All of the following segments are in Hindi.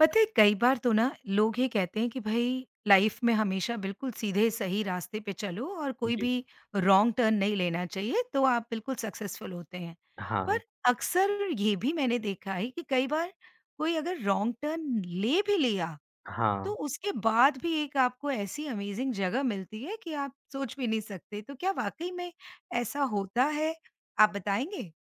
पता है कई बार तो ना लोग ये कहते हैं कि भाई लाइफ में हमेशा बिल्कुल सीधे सही रास्ते पे चलो और कोई जी। भी रॉन्ग टर्न नहीं लेना चाहिए तो आप बिल्कुल सक्सेसफुल होते हैं। हाँ, पर अक्सर ये भी मैंने देखा है कि कई बार कोई अगर रॉन्ग टर्न ले भी लिया तो हाँ। उसके बाद भी एक आपको ऐसी अमेजिंग जगह मिलती है कि आप सोच भी नहीं सकते। तो क्या वाक़ई में ऐसा होता है? आप बताएँगे?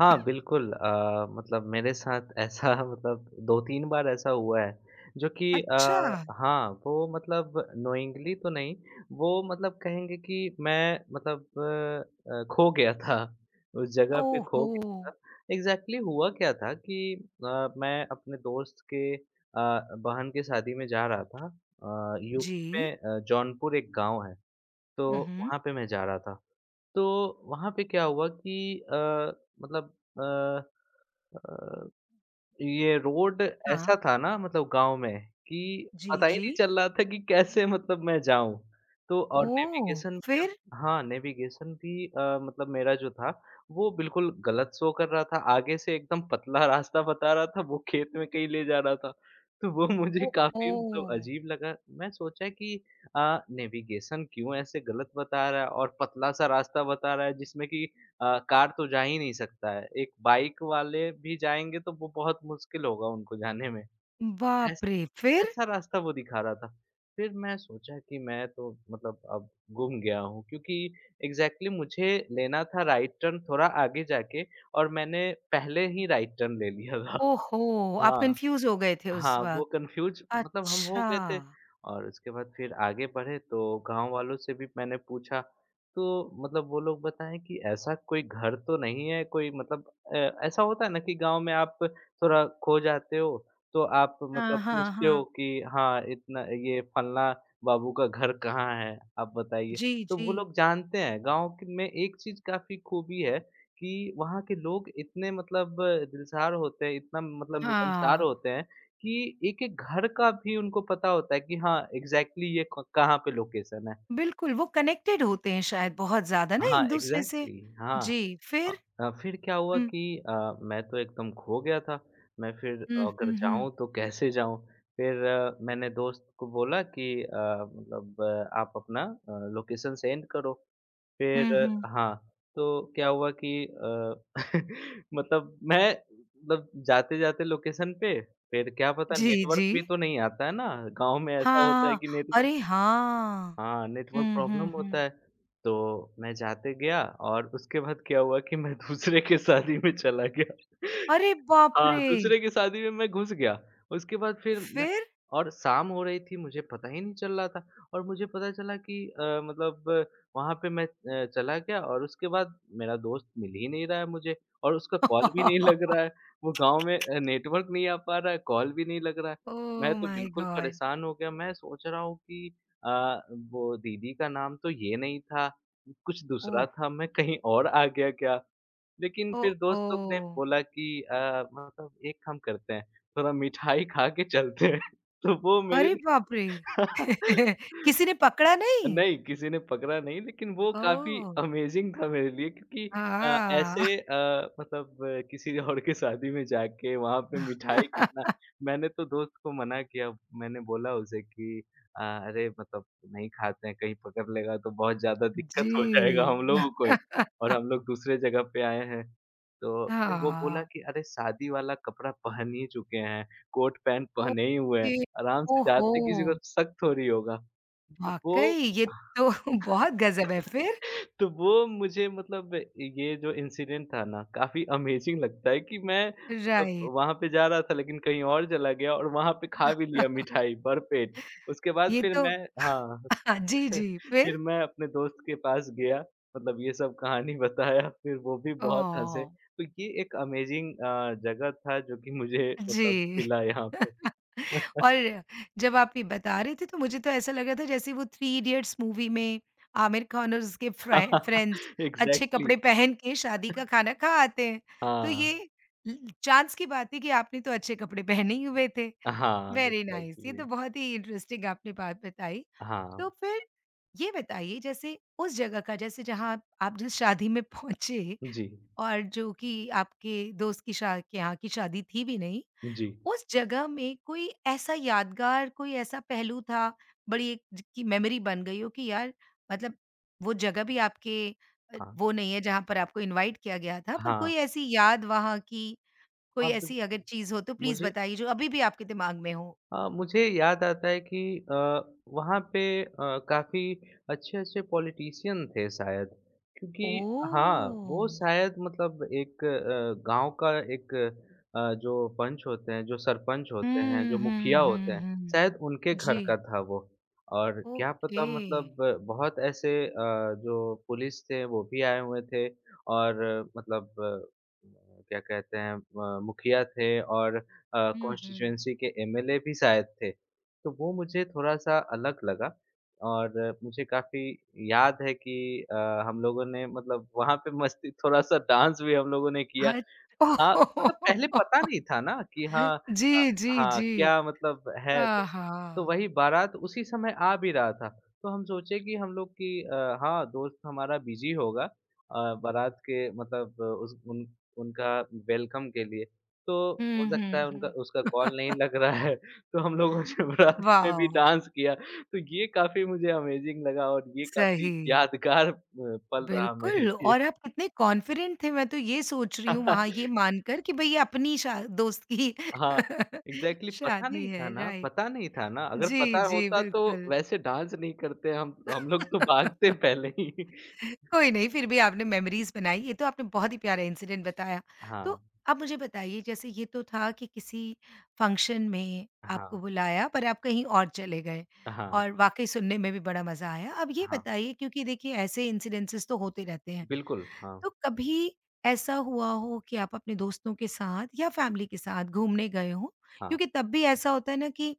हाँ, बिल्कुल मतलब मेरे साथ ऐसा मतलब 2-3 बार ऐसा हुआ है, जो कि अच्छा। हाँ, वो मतलब नोइंगली तो नहीं, वो मतलब कहेंगे कि मैं मतलब खो गया था, उस जगह पे ओह खो हो! गया था। एग्ज़ैक्टली हुआ क्या था कि मैं अपने दोस्त के बहन की शादी में जा रहा था, यूपी जी। में जौनपुर एक गाँव है, हुँ, तो हुँ। वहाँ पे मैं जा रहा था। तो वहाँ पे क्या हुआ कि मतलब अ, ये रोड ऐसा हाँ। था ना मतलब गाँव में कि जी, पता ही जी। नहीं चल रहा था कि कैसे मतलब मैं जाऊँ। तो और ओह! नेविगेशन भी फिर? अब, हाँ, नेविगेशन भी मतलब मेरा जो था वो बिल्कुल गलत शो कर रहा था। आगे से एकदम पतला रास्ता बता रहा था, वो खेत में कहीं ले जा रहा था। तो वो मुझे ओ काफ़ी मतलब ओह! अजीब लगा। मैं सोचा कि नेविगेशन क्यों ऐसे गलत बता रहा है और पतला-सा रास्ता बता रहा है जिसमें कि कार तो जा ही नहीं सकता है। एक बाइक वाले भी जाएँगे तो वो बहुत मुश्किल होगा उनको जाने में। बाप ऐसा रे! फिर? ऐसा रास्ता वो दिखा रहा था। फिर मैं सोचा कि मैं तो मतलब अब गुम गया हूँ, क्योंकि एग्ज़ैक्टली मुझे लेना था राइट टर्न थोड़ा आगे जाके और मैंने पहले ही राइट टर्न ले लिया था। ओहो! आप हाँ। कन्फ्यूज़ हो गए थे उस हाँ, वो वक़्त। कन्फ्यूज़ मतलब हम हो अच्छा। गए थे और उसके बाद फिर आगे बढ़े तो गाँव वालों से भी मैंने पूछा, तो मतलब वो लोग बताएँ कि ऐसा कोई घर तो नहीं है, कोई मतलब ऐसा होता है ना कि गाँव में आप थोड़ा खो जाते हो, तो आप हाँ, मतलब हाँ, पूछते हो हाँ। कि हाँ, इतना ये फलना बाबू का घर कहाँ है? आप बताइए। जी, तो जी। वो लोग जानते हैं, गाँव क में एक चीज़ काफ़ी खूबी है कि वहाँ के लोग इतने मतलब दिलसार होते हैं, इतना मतलब मिलनसार हाँ, होते हैं कि एक-एक घर का भी उनको पता होता है कि हाँ, एग्ज़ैक्टली ये क कहाँ पे लोकेशन है। बिल्कुल वो कनेक्टेड होते हैं शायद बहुत ज़्यादा ना हाँ, एक-दूसरे से। एग्ज़ैक्टली हाँ। जी, अ फिर? फिर क्या हुआ हुँ, कि अ, मैं तो एकदम खो गया था। मैं फिर हुँ, अगर हुँ, हुँ। जाऊँ तो कैसे जाऊँ? फिर मैंने दोस्त को बोला कि मतलब आप अपना लोकेशन सेंड करो। हुँ, फिर हुँ। हाँ, तो क्या हुआ कि मतलब मैं मतलब जाते-जाते लोकेशन पे, फिर क्या पता जी, नेटवर्क जी। भी तो नहीं आता है ना, गाँव में ऐसा होता है हाँ, कि नेटवर्क अरे हाँ! हाँ, नेटवर्क हुँ, प्रॉब्लम हुँ, होता हुँ। है। तो मैं जाते गया और उसके बाद क्या हुआ कि मैं दूसरे के शादी में चला गया। अरे बाप हाँ, रे! दूसरे की शादी में मैं घुस गया। उसके बाद फिर मैं, फिर? और शाम हो रही थी, मुझे पता ही नहीं चल रहा था और मुझे पता चला कि मतलब वहाँ पे मैं चला गया और उसके बाद मेरा दोस्त मिल ही नहीं रहा है मुझे और उसका कॉल भी नहीं लग रहा है। वो गाँव में नेटवर्क नहीं आ पा रहा है, कॉल भी नहीं लग रहा है। मैं ओह तो माय बिल्कुल गॉड! परेशान हो गया, मैं सोच रहा हूँ कि अ, वो दीदी का नाम तो ये नहीं था, कुछ दूसरा ओह! था, मैं कहीं और आ गया क्या? लेकिन ओह! फिर दोस्त लोग ने ओह! बोला कि मतलब एक काम करते हैं, थोड़ा मिठाई खा के चलते हैं। तो वो मेरे अरे लिए बाप रे! किसी ने पकड़ा नहीं? नहीं, किसी ने पकड़ा नहीं, लेकिन वो काफ़ी ओह! अमेज़िंग था मेरे लिए क्योंकि हाँ। ऐसे मतलब किसी और की शादी में जाके वहाँ पे मिठाई खाना, मैंने तो दोस्त को मना किया। मैंने बोला उसे कि "अरे मतलब नहीं खाते हैं, कहीं पकड़ लेगा तो बहुत ज़्यादा दिक्कत जी। हो जाएगा हम लोगों को ही, और हम लोग दूसरे जगह पे आए हैं।" तो फिर वो बोला हाँ। कि "अरे शादी वाला कपड़ा पहन ही चुके हैं, कोट पैंट पहने ही हुए हैं, ओके। आराम से ओहो! जाते, किसी को शक थोड़ी होगा।" तो वो वाक़ई ये तो बहुत गज़ब है फिर। तो वो मुझे मतलब, ये जो इंसिडेंट था ना काफ़ी अमेज़िंग लगता है कि मैं मतलब राइट। वहाँ पे जा रहा था लेकिन कहीं और चला गया और वहाँ पे खा भी लिया मिठाई भरपेट। उसके बाद ये फिर तो मैं, हाँ, जी, जी, फिर फिर? मैं अपने दोस्त के पास गया, मतलब ये सब कहानी बताया, फिर वो भी बहुत हँसे। ओह! तो ये एक अमेज़िंग जगह था जो कि मुझे मतलब जी। मिला यहाँ पे। और जब आप ये बता रहे थे तो मुझे तो ऐसा लग रहा था जैसे वो थ्री इडियट्स मूवी में आमिर खान और उसके फ्रे फ्रेंड्स अच्छे एग्ज़ैक्टली कपड़े पहन के शादी का खाना खा आते हैं। तो हाँ, ये ल चाँस की बात है कि आपने तो अच्छे कपड़े पहने ही हुए थे। हाँ, वेरी नाइस ये तो एग्ज़ैक्टली बहुत ही इंटरेस्टिंग आपने बात बताई। तो हाँ, फिर ये बताइए जैसे उस जगह का जैसे जहाँ आप जिस शादी में पहुँचे जी, और जो कि आपके दोस्त की शा के यहाँ की शादी थी भी नहीं। जी, उस जगह में कोई ऐसा यादगार, कोई ऐसा पहलू था, बड़ी एक ज की मेमोरी बन गई हो कि यार मतलब वो जगह भी आपके हाँ। वो नहीं है जहाँ पर आपको इनवाइट किया गया था, पर हाँ, कोई ऐसी याद वहाँ की, हाँ, कोई ऐसी अगर बिल्कुल। चीज़ हो तो प्लीज़ मुझे बताइए जो अभी भी आपके दिमाग में हो? मुझे याद आता है कि अ, वहाँ पे काफ़ी अच्छे-अच्छे पॉलिटिशियन थे शायद, क्योंकि हाँ, वो ओह! शायद मतलब एक गाँव का एक जो पंच होते हैं, जो सरपंच होते हैं, हुँ, जो मुखिया हुँ, होते हुँ, हैं, हुँ। शायद उनके घर का जी। था वो। और क्या ओके। पता मतलब बहुत ऐसे जो पुलिस थे वो भी आए हुए थे और मतलब क्या कहते हैं मुखिया थे और हुँ, हुँ। कॉन्स्टिट्यूएंसी के एमएलए भी शायद थे। तो वो मुझे थोड़ा-सा अलग लगा और मुझे काफ़ी याद है कि अ, हम लोगों ने मतलब वहाँ पे मस्ती, थोड़ा-सा डांस भी हम लोगों ने किया। हट हाँ, मतलब पहले पता नहीं था ना कि हाँ जी, अ, जी, हाँ, जी। क्या मतलब है तो आहा! तो वही बारात उसी समय आ भी रहा था। तो हम सोचे कि हम लोग कि हाँ, दोस्त हमारा बिज़ी होगा बारात के मतलब उस उन उनका वेलकम के लिए। तो हो हुँ, सकता है हुँ, उनका हुँ। उसका कॉल नहीं लग रहा है तो हम लोगों ने बारात में भी वाओ! डांस किया। तो ये काफ़ी मुझे अमेज़िंग लगा और ये काफ़ी सही, यादगार पल रहा मेरे बिल्कुल लिए। और आप कितने कॉन्फिडेंट थे, मैं तो ये सोच रही हूँ वहाँ ये मानकर कि भई ये अपनी शा दोस्त की हाँ, एग्ज़ैक्टली पता शादी नहीं था है, ना, राइट। पता नहीं था ना, अगर जी, पता जी, होता तो बिल्कुल। वैसे डांस नहीं करते, हम लोग तो भागते पहले ही। कोई नहीं, फिर भी आपने मेमोरीज़ बनाई, ये तो आपने बहुत ही प्यारा इंसिडेंट बताया। तो हाँ, अब मुझे बताइए जैसे ये तो था कि किसी फंक्शन में हाँ, आपको बुलाया पर आप कहीं और चले गए हाँ, और वाक़ई सुनने में भी बड़ा मज़ा आया। अब ये हाँ, बताइए क्योंकि देखिए ऐसे इंसिडेंसेस तो होते रहते हैं, बिल्कुल, हाँ, तो कभी ऐसा हुआ हो कि आप अपने दोस्तों के साथ या फैमिली के साथ घूमने गए हों? हाँ, क्योंकि तब भी ऐसा होता है ना कि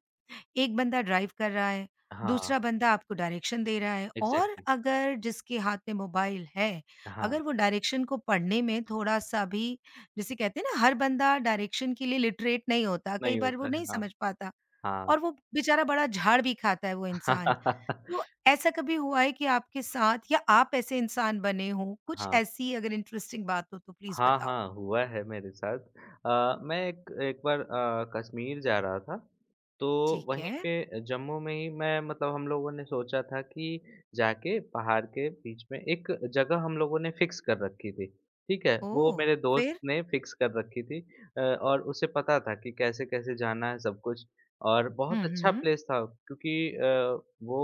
एक बंदा ड्राइव कर रहा है, हाँ, दूसरा बंदा आपको डायरेक्शन दे रहा है और एग्ज़ैक्टली अगर जिसके हाथ में मोबाइल है, हाँ, अगर वो डायरेक्शन को पढ़ने में थोड़ा-सा भी जिसे कहते हैं ना हर बंदा डायरेक्शन के लिए लिटरेट नहीं होता, कई नहीं बार होता वो है, नहीं हाँ, समझ पाता हाँ। और वो बेचारा बड़ा झाड़ भी खाता है वो इंसान। तो ऐसा कभी हुआ है कि आपके साथ या आप ऐसे इंसान बने हों? कुछ हाँ। ऐसी अगर इंटरेस्टिंग बात हो तो प्लीज़ हाँ, बताओ? हाँ, हुआ है मेरे साथ। मैं एक एक बार कश्मीर जा रहा था, तो ठीक वहीं है। पे जम्मू में ही मैं मतलब हम लोगों ने सोचा था कि जाके पहाड़ के बीच में एक जगह हम लोगों ने फ़िक्स कर रखी थी, ठीक है? वो ओह! मेरे दोस्त फिर? ने फ़िक्स कर रखी थी, और उसे पता था कि कैसे-कैसे जाना है सब कुछ, और हुँ, बहुत अच्छा हुँ। प्लेस था क्योंकि वो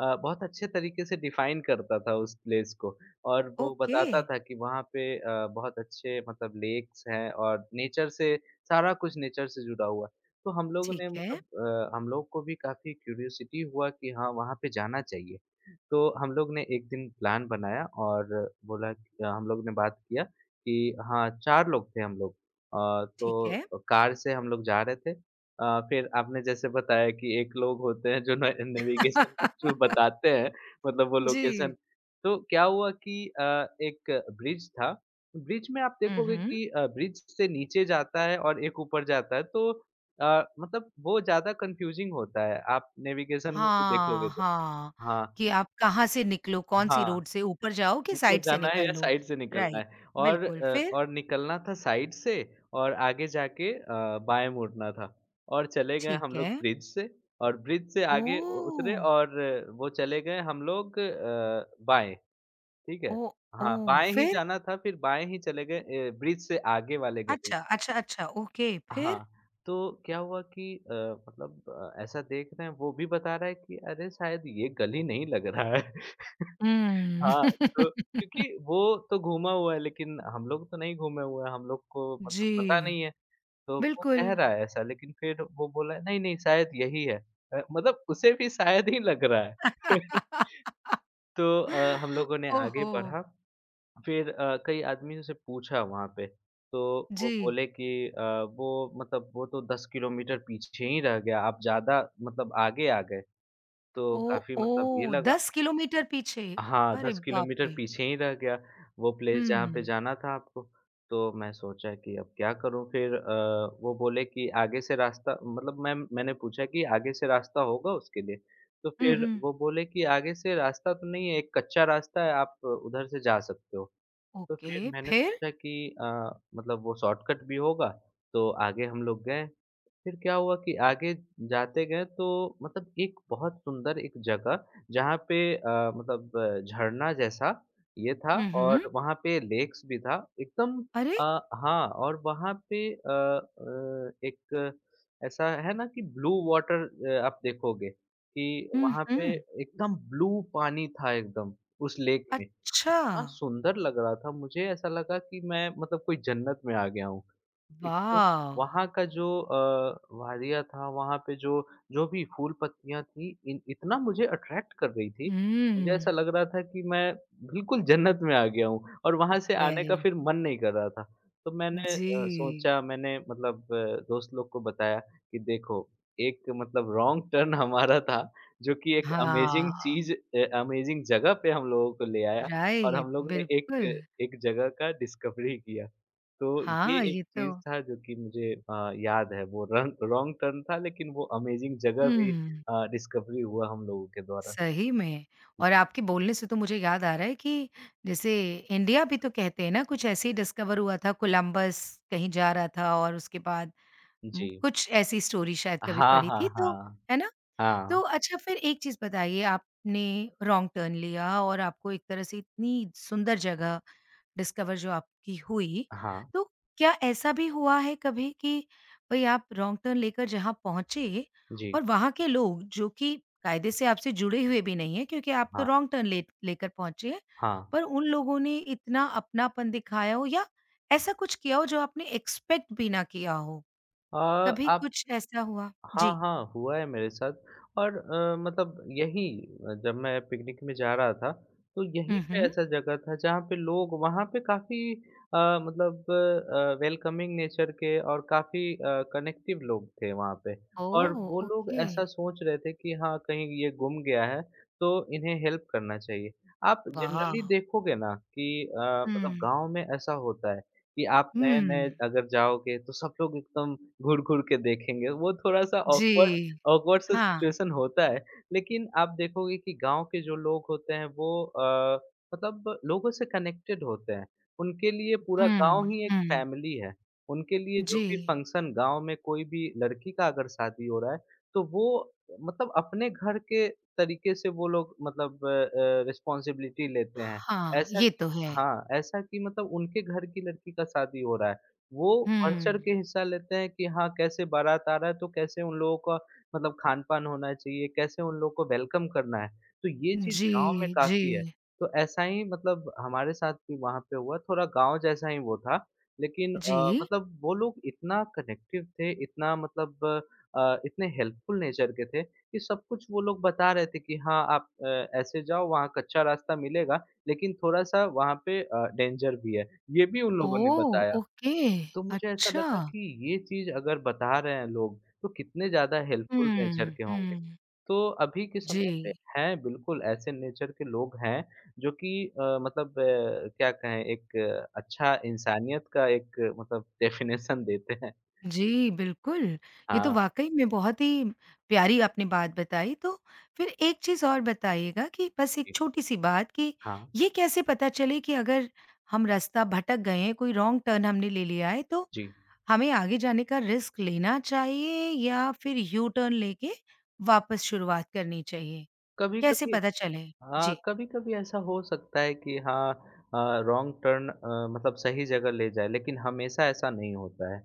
बहुत अच्छे तरीके से डिफ़ाइन करता था उस प्लेस को। और वो ओके। बताता था कि वहाँ पे बहुत अच्छे मतलब लेक्स हैं और नेचर से सारा कुछ नेचर से जुड़ा हुआ है। तो हम लोगों ठीक ने है, मतलब हम लोग को भी काफ़ी क्यूरियोसिटी हुआ कि हाँ, वहाँ पे जाना चाहिए। तो हम लोग ने एक दिन प्लान बनाया और बोला कि हम लोग ने बात किया कि हाँ, 4 लोग थे हम लोग। ठीक तो है। कार से हम लोग जा रहे थे। अ, फिर आपने जैसे बताया कि एक लोग होते हैं जो ने नेविगेशन के थ्रू बताते हैं, मतलब वो जी। लोकेशन, तो क्या हुआ कि एक ब्रिज था, ब्रिज में आप देखोगे उहुँ। कि ब्रिज से नीचे जाता है और एक ऊपर जाता है, तो मतलब वो ज़्यादा कन्फ्यूज़िंग होता है, आप नेविगेशन में भी देखोगे हाँ, तो। हाँ, हाँ, कि आप कहाँ से निकलो, कौन-सी हाँ, रोड से ऊपर जाओ कि ऊपर साइड से जाना है निकल या लो। साइड से निकलना राइट, है, और बिल्कुल, अ, फिर? और निकलना था साइड से, और आगे जाके बाएँ मुड़ना था, और चले गए हम ठीक लोग है। ब्रिज से, और ब्रिज से आगे उ उतरे, ओह! और वो चले गए हम लोग बाएँ। ठीक है? ओह! हाँ, ओह! बाएँ ही फिर? जाना था, फिर बाएँ ही चले गए, ब्रिज से आगे वाले गली में। अच्छा, अच्छा, अच्छा, ओके, फिर? हाँ, तो क्या हुआ कि मतलब ऐसा देख रहे हैं, वो भी बता रहा है कि अरे शायद ये गली नहीं लग रहा है। हुँ। हाँ, तो क्योंकि वो तो घूमा हुआ है, लेकिन हम लोग तो नहीं घूमे हुए हैं, हम लोग को मतलब पता जी, नहीं है। तो वो बिल्कुल। कह रहा है ऐसा, लेकिन फिर वो बोला नहीं, नहीं शायद यही है। मतलब उसे भी शायद ही लग रहा है। तो हम लोगों ने आगे ओहो! बढ़ा, फिर कई आदमियों से पूछा वहाँ पे, तो वो जी। बोले कि अ, वो मतलब वो तो 10 किलोमीटर पीछे ही रह गया, आप ज़्यादा मतलब आगे आ गए, तो ओह! काफ़ी मतलब ये ओह! लगा। 10 किलोमीटर पीछे, हाँ, अरे 10 बाप किलोमीटर रे! पीछे ही रह गया, वो प्लेस जहाँ पे हुँ। जाना था आपको। तो मैं सोचा कि अब क्या करूँ, फिर वो बोले कि आगे से रास्ता मतलब मैंने पूछा कि आगे से रास्ता होगा उसके लिए? तो हुँ, फिर हुँ। वो बोले कि आगे से रास्ता तो नहीं है, एक कच्चा रास्ता है, आप उधर से जा सकते हो। तो ओके, फिर मैंने फिर? सोचा कि मतलब वो शॉर्टकट भी होगा, तो आगे हम लोग गए। फिर क्या हुआ कि आगे जाते गए तो मतलब एक बहुत सुंदर एक जगह जहाँ पे मतलब झरना जैसा ये था हुँ, हुँ। और वहाँ पे लेक्स भी था। एकदम अरे! अ, हाँ और वहाँ पे एक ऐसा है ना कि ब्लू वाटर, आप देखोगे कि हुँ, वहाँ पे हुँ। एकदम ब्लू पानी था एकदम उस लेक में। अच्छा! हाँ, सुंदर लग रहा था। मुझे ऐसा लगा कि मैं मतलब कोई जन्नत में आ गया हूँ। एकदम वॉव! वहाँ का जो वादिया था, वहाँ पे जो जो भी फूल-पत्तियाँ थी इन इतना मुझे अट्रैक्ट कर रही थी, मुझे ऐसा हुँ। लग रहा था कि मैं बिल्कुल जन्नत में आ गया हूँ और वहाँ से आने वेरी का फिर मन नहीं कर रहा था। तो मैंने जी। सोचा मैंने मतलब दोस्त लोग को बताया कि देखो, एक मतलब रॉन्ग टर्न हमारा था जो कि एक हाँ, अमेज़िंग चीज़ अमेज़िंग जगह पे हम लोगों को ले आया और हम राइट, लोग ने एक बिल्कुल। एक जगह का डिस्कवरी किया। तो ये हाँ, एक ये चीज़ तो था जो कि मुझे याद है वो रन रॉन्ग टर्न था लेकिन वो अमेज़िंग जगह भी हुँ। डिस्कवरी हुआ हम लोगों के द्वारा। सही में और आपके बोलने से तो मुझे याद आ रहा है कि जैसे इंडिया भी तो कहते हैं ना कुछ ऐसे ही डिस्कवर हुआ था कोलंबस कहीं जा रहा था और उसके बाद जी। कुछ ऐसी स्टोरी शायद कभी हाँ, पढ़ी हाँ, थी तो हाँ। है ना? तो हाँ, अच्छा फिर एक चीज़ बताइए आपने रॉन्ग टर्न लिया और आपको एक तरह से इतनी सुंदर जगह डिस्कवर जो आपकी हुई, हाँ। तो क्या ऐसा भी हुआ है कभी कि भई आप रॉन्ग टर्न लेकर जहाँ पहुँचे जी, और वहाँ के लोग जो कि कायदे से आपसे जुड़े हुए भी नहीं हैं क्योंकि आप तो हाँ, रॉन्ग टर्न ले लेकर पहुँचे हैं, हाँ। पर उन लोगों ने इतना अपनापन दिखाया हो या ऐसा कुछ किया हो जो आपने एक्सपेक्ट भी ना किया हो? अ, कभी आप कुछ ऐसा हुआ? हाँ, जी। हाँ, हुआ है मेरे साथ और मतलब यही जब मैं पिकनिक में जा रहा था, तो यहीं हुँ, पे हुँ। ऐसा जगह था जहाँ पे लोग वहाँ पे काफ़ी अ, मतलब वेलकमिंग नेचर के और काफ़ी कनेक्टिव लोग थे वहाँ पे और ओह! वो लोग ओके। ऐसा सोच रहे थे कि हाँ, कहीं ये गुम गया है, तो इन्हें हेल्प करना चाहिए। आप वाह! जनरली देखोगे ना कि मतलब हुँ, गाँव में ऐसा होता है कि आप नए-नए हुँ, अगर जाओगे तो सब लोग एकदम घूर-घूर के देखेंगे, वो थोड़ा-सा जी। ऑकवर्ड ऑकवर्ड सा हाँ, सिचुएशन होता है। लेकिन आप देखोगे कि गाँव के जो लोग होते हैं वो मतलब लोगों से कनेक्टेड होते हैं। उनके लिए पूरा गाँव हुँ, ही एक हुँ, फैमिली है। उनके लिए जो भी जी। फंक्शन गाँव में कोई भी लड़की का अगर शादी हो रहा है, तो वो मतलब अपने घर के तरीके से वो लोग मतलब रिस्पॉन्सिबिलिटी लेते हैं। हाँ, ऐसा ये कि तो है। हाँ, ऐसा कि मतलब उनके घर की लड़की का शादी हो रहा है। वो हुँ, बढ़-चढ़ के हिस्सा लेते हैं कि हाँ, कैसे बारात आ रहा है तो कैसे उन लोगों का मतलब खान-पान होना चाहिए, कैसे उन लोगों को वेलकम करना है। तो ये चीज़ जी, गाँव में जी, काफ़ी है। तो ऐसा ही मतलब हमारे साथ भी वहाँ पे हुआ, थोड़ा गाँव जैसा ही वो था। लेकिन जी। मतलब वो लोग इतना कनेक्टिव थे, इतना मतलब इतने हेल्पफुल नेचर के थे कि सब कुछ वो लोग बता रहे थे कि हाँ, आप ऐसे जाओ वहाँ कच्चा रास्ता मिलेगा, लेकिन थोड़ा-सा वहाँ पे डेंजर भी है, ये भी उन लोगों ने ओह! बताया। ओके, तो मुझे ऐसा अच्छा। लगा कि ये चीज़ अगर बता रहे हैं लोग, तो कितने ज़्यादा हेल्पफुल नेचर हुँ, के होंगे। हुँ, तो अभी के जी। समय पे हैं बिल्कुल ऐसे नेचर के लोग हैं, जो कि क्या कहें एक अच्छा इंसानियत का एक मतलब डेफिनेशन देते हैं। जी, बिल्कुल। ये तो हाँ, वाक़ई में बहुत ही प्यारी आपने बात बताई। तो फिर एक चीज़ और बताइएगा कि बस एक जी। छोटी-सी बात कि हाँ, ये कैसे पता चले कि अगर हम रास्ता भटक गए हैं, कोई रॉन्ग टर्न हमने ले लिया है, तो जी। हमें आगे जाने का रिस्क लेना चाहिए या फिर यू टर्न लेके वापस शुरुआत करनी चाहिए? कैसे कभी-कभी पता चले? हाँ, जी। कभी-कभी ऐसा हो सकता है कि हाँ अ, रॉन्ग टर्न मतलब सही जगह ले जाए, लेकिन हमेशा ऐसा नहीं होता है।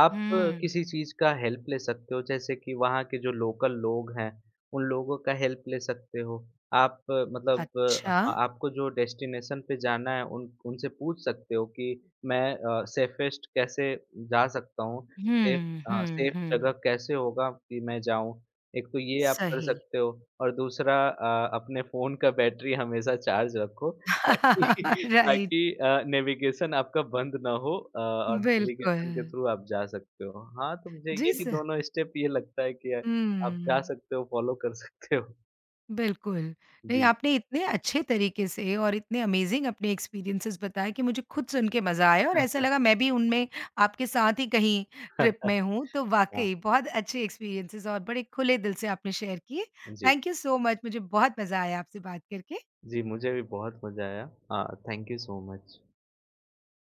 आप हुँ। किसी चीज़ का हेल्प ले सकते हो, जैसे कि वहाँ के जो लोकल लोग हैं, उन लोगों का हेल्प ले सकते हो। आप अच्छा। हाँ, आपको जो डेस्टिनेशन पे जाना है, उन उनसे पूछ सकते हो कि मैं सेफेस्ट कैसे जा सकता हूँ? सेफ हुँ, हुँ, सेफ जगह हुँ। कैसे होगा कि मैं जाऊँ? एक तो ये आप कर सही। सकते हो और दूसरा अपने फ़ोन का बैटरी हमेशा चार्ज रखो ताकि राइट, ताकि नेविगेशन आपका बंद ना हो और बिल्कुल। नेविगेशन के थ्रू आप जा सकते हो। हाँ, तो मुझे जी यही स दोनों स्टेप ये लगता है कि आप जा हुँ, सकते हो, फ़ॉलो कर सकते हो। बिल्कुल। नहीं, जी। आपने इतने अच्छे तरीके से और इतने अमेज़िंग अपने एक्सपीरियंसेस बताए कि मुझे खुद सुन के मज़ा आया और ऐसा लगा मैं भी उनमें आपके साथ ही कहीं ट्रिप में हूँ। तो हाँ, वाक़ई बहुत अच्छे एक्सपीरियंसेस और बड़े खुले दिल से आपने शेयर किए। जी। थैंक यू सो मच मुझे बहुत मज़ा आया आपसे बात करके। जी, मुझे भी बहुत मज़ा आया। Thank you so much.